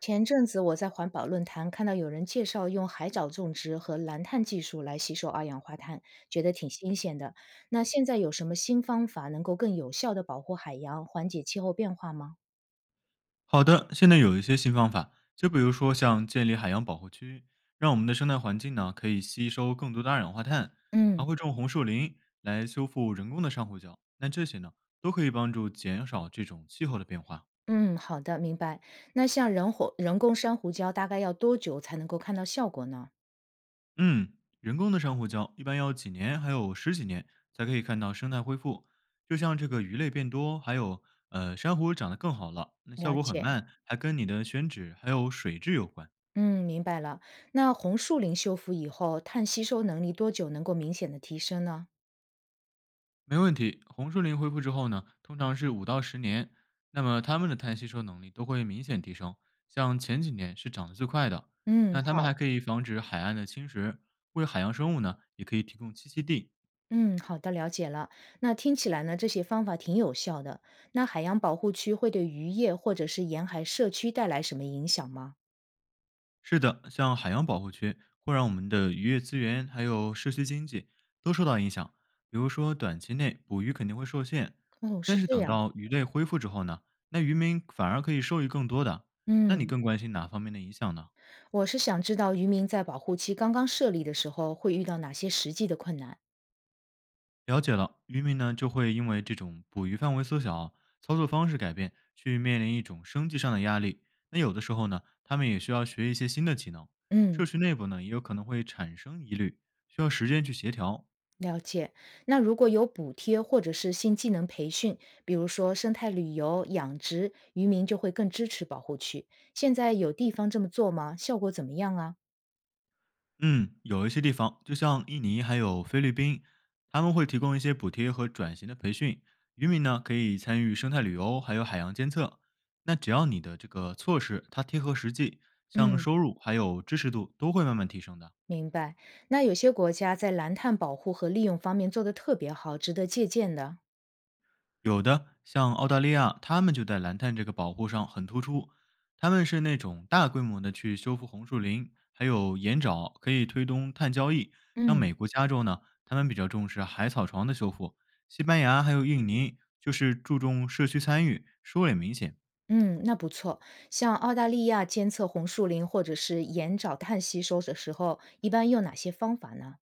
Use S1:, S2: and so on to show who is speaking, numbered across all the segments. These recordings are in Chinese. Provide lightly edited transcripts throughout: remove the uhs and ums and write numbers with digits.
S1: 前阵子我在环保论坛看到有人介绍用海藻种植和蓝碳技术来吸收二氧化碳，觉得挺新鲜的。那现在有什么新方法能够更有效的保护海洋，缓解气候变化吗？
S2: 好的，现在有一些新方法，就比如说像建立海洋保护区，让我们的生态环境呢可以吸收更多的二氧化碳，还
S1: 嗯
S2: 会种红树林来修复人工的珊瑚礁。那这些呢都可以帮助减少这种气候的变化。
S1: 嗯，好的，明白。那像人工珊瑚礁，大概要多久才能够看到效果呢？
S2: 嗯，人工的珊瑚礁一般要几年，还有10几年才可以看到生态恢复。就像这个鱼类变多，还有珊瑚长得更好了，那效
S1: 了
S2: 果很
S1: 解，
S2: 慢，还跟你的选址还有水质有关。
S1: 嗯，明白了。那红树林修复以后，碳吸收能力多久能够明显的提升呢？
S2: 没问题。红树林恢复之后呢，通常是5到10年，那么它们的碳吸收能力都会明显提升。像前几年是涨得最快的。
S1: 嗯，
S2: 那它们
S1: 好。
S2: 还可以防止海岸的侵蚀，为海洋生物呢也可以提供栖息地。
S1: 嗯，好的，了解了。那听起来呢，这些方法挺有效的。那海洋保护区会对渔业或者是沿海社区带来什么影响吗？
S2: 是的，像海洋保护区会让我们的渔业资源还有社区经济都受到影响。比如说短期内捕鱼肯定会受限，
S1: 哦，是
S2: 但是
S1: 这
S2: 等
S1: 样。
S2: 到鱼类恢复之后呢，那渔民反而可以受益更多的。那你
S1: 嗯，
S2: 更关心哪方面的影响呢？
S1: 我是想知道渔民在保护区刚刚设立的时候会遇到哪些实际的困难。
S2: 了解了，渔民呢就会因为这种捕鱼范围缩小、操作方式改变，去面临一种生计上的压力。那有的时候呢，他们也需要学一些新的技能。社
S1: 嗯，
S2: 区内部呢，也有可能会产生疑虑，需要时间去协调。
S1: 了解。那如果有补贴或者是新技能培训，比如说生态旅游、养殖，渔民就会更支持保护区。现在有地方这么做吗？效果怎么样啊？
S2: 嗯，有一些地方，就像印尼还有菲律宾，他们会提供一些补贴和转型的培训，渔民呢可以参与生态旅游，还有海洋监测。那只要你的这个措施它贴合实际，像
S1: 嗯。
S2: 收入还有支持度都会慢慢提升的。
S1: 明白。那有些国家在蓝碳保护和利用方面做得特别好，值得借鉴的。
S2: 有的，像澳大利亚，他们就在蓝碳这个保护上很突出，他们是那种大规模的去修复红树林，还有盐沼，可以推动碳交易。像
S1: 嗯
S2: 美国加州呢，他们比较重视海草床的修复，西班牙还有印尼就是注重社区参与，收敛明显，
S1: 嗯，那不错。像澳大利亚监测红树林或者是盐沼碳吸收的时候，一般用哪些方法呢？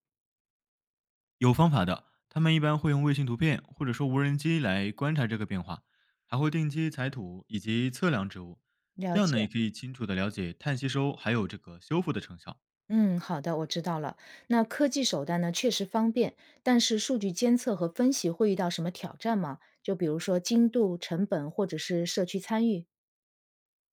S2: 有方法的。他们一般会用卫星图片或者说无人机来观察这个变化，还会定期采土以及测量植物，
S1: 了
S2: 这样呢也
S1: 解。
S2: 可以清楚的了解碳吸收还有这个修复的成效。
S1: 嗯，好的，我知道了。那科技手段呢，确实方便，但是数据监测和分析会遇到什么挑战吗？就比如说精度、成本，或者是社区参与。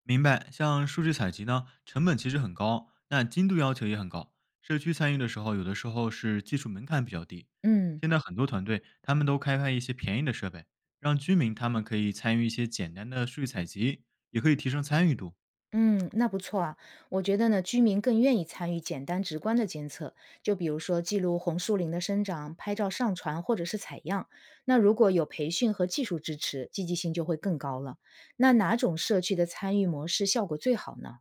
S2: 明白，像数据采集呢，成本其实很高，那精度要求也很高。社区参与的时候，有的时候是技术门槛比较低。
S1: 嗯。
S2: 现在很多团队他们都开发一些便宜的设备，让居民他们可以参与一些简单的数据采集，也可以提升参与度。
S1: 嗯，那不错啊。我觉得呢，居民更愿意参与简单直观的监测，就比如说记录红树林的生长、拍照上传或者是采样。那如果有培训和技术支持，积极性就会更高了。那哪种社区的参与模式效果最好呢？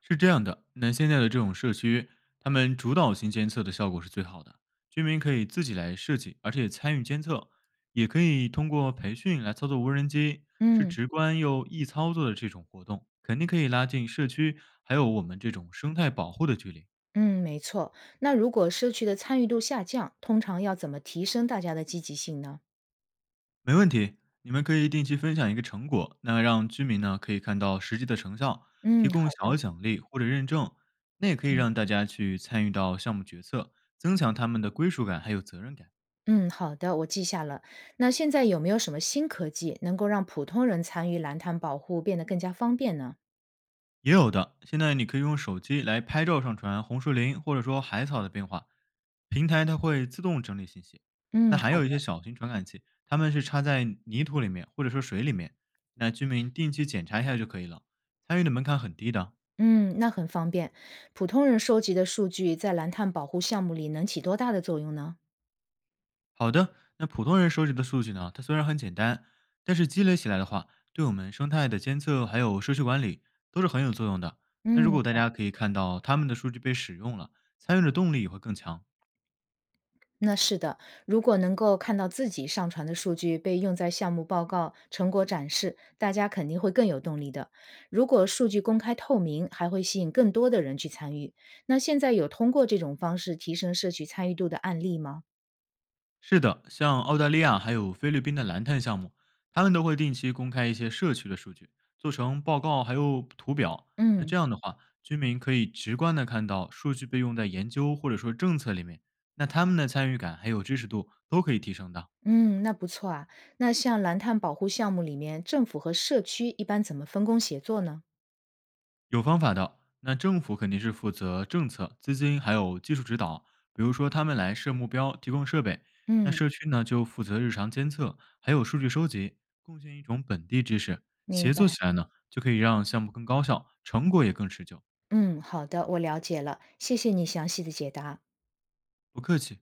S2: 是这样的，那现在的这种社区，他们主导型监测的效果是最好的，居民可以自己来设计，而且参与监测，也可以通过培训来操作无人机，是
S1: 嗯
S2: 直观又易操作的这种活动，肯定可以拉近社区还有我们这种生态保护的距离。
S1: 嗯，没错。那如果社区的参与度下降，通常要怎么提升大家的积极性呢？
S2: 没问题，你们可以定期分享一个成果，那让居民呢可以看到实际的成效，
S1: 嗯，
S2: 提供
S1: 好的。
S2: 小奖励或者认证，那也可以
S1: 嗯
S2: 让大家去参与到项目决策，增强他们的归属感还有责任感。
S1: 嗯，好的，我记下了。那现在有没有什么新科技能够让普通人参与蓝碳保护变得更加方便呢？
S2: 也有的，现在你可以用手机来拍照上传红树林或者说海草的变化，平台它会自动整理信息。那
S1: 嗯，
S2: 还
S1: 好
S2: 有
S1: 的。
S2: 一些小型传感器，它们是插在泥土里面或者说水里面，那居民定期检查一下就可以了，参与的门槛很低的。
S1: 嗯，那很方便。普通人收集的数据在蓝碳保护项目里能起多大的作用呢？
S2: 好的，那普通人收集的数据呢，它虽然很简单，但是积累起来的话，对我们生态的监测还有社区管理都是很有作用的。那如
S1: 嗯，
S2: 果大家可以看到他们的数据被使用了，参与的动力也会更强。
S1: 那是的，如果能够看到自己上传的数据被用在项目报告、成果展示，大家肯定会更有动力的。如果数据公开透明，还会吸引更多的人去参与。那现在有通过这种方式提升社区参与度的案例吗？
S2: 是的，像澳大利亚还有菲律宾的蓝碳项目，他们都会定期公开一些社区的数据，做成报告还有图表。那
S1: 嗯。
S2: 这样的话，居民可以直观的看到数据被用在研究或者说政策里面，那他们的参与感还有支持度都可以提升的。
S1: 嗯，那不错啊。那像蓝碳保护项目里面，政府和社区一般怎么分工协作呢？
S2: 有方法的。那政府肯定是负责政策、资金还有技术指导，比如说他们来设目标、提供设备。那
S1: 嗯，
S2: 社区呢就负责日常监测，还有数据收集，贡献一种本地知识。
S1: 明
S2: 协作起
S1: 白。
S2: 来呢，就可以让项目更高效，成果也更持久。
S1: 嗯，好的，我了解了，谢谢你详细的解答。
S2: 不客气。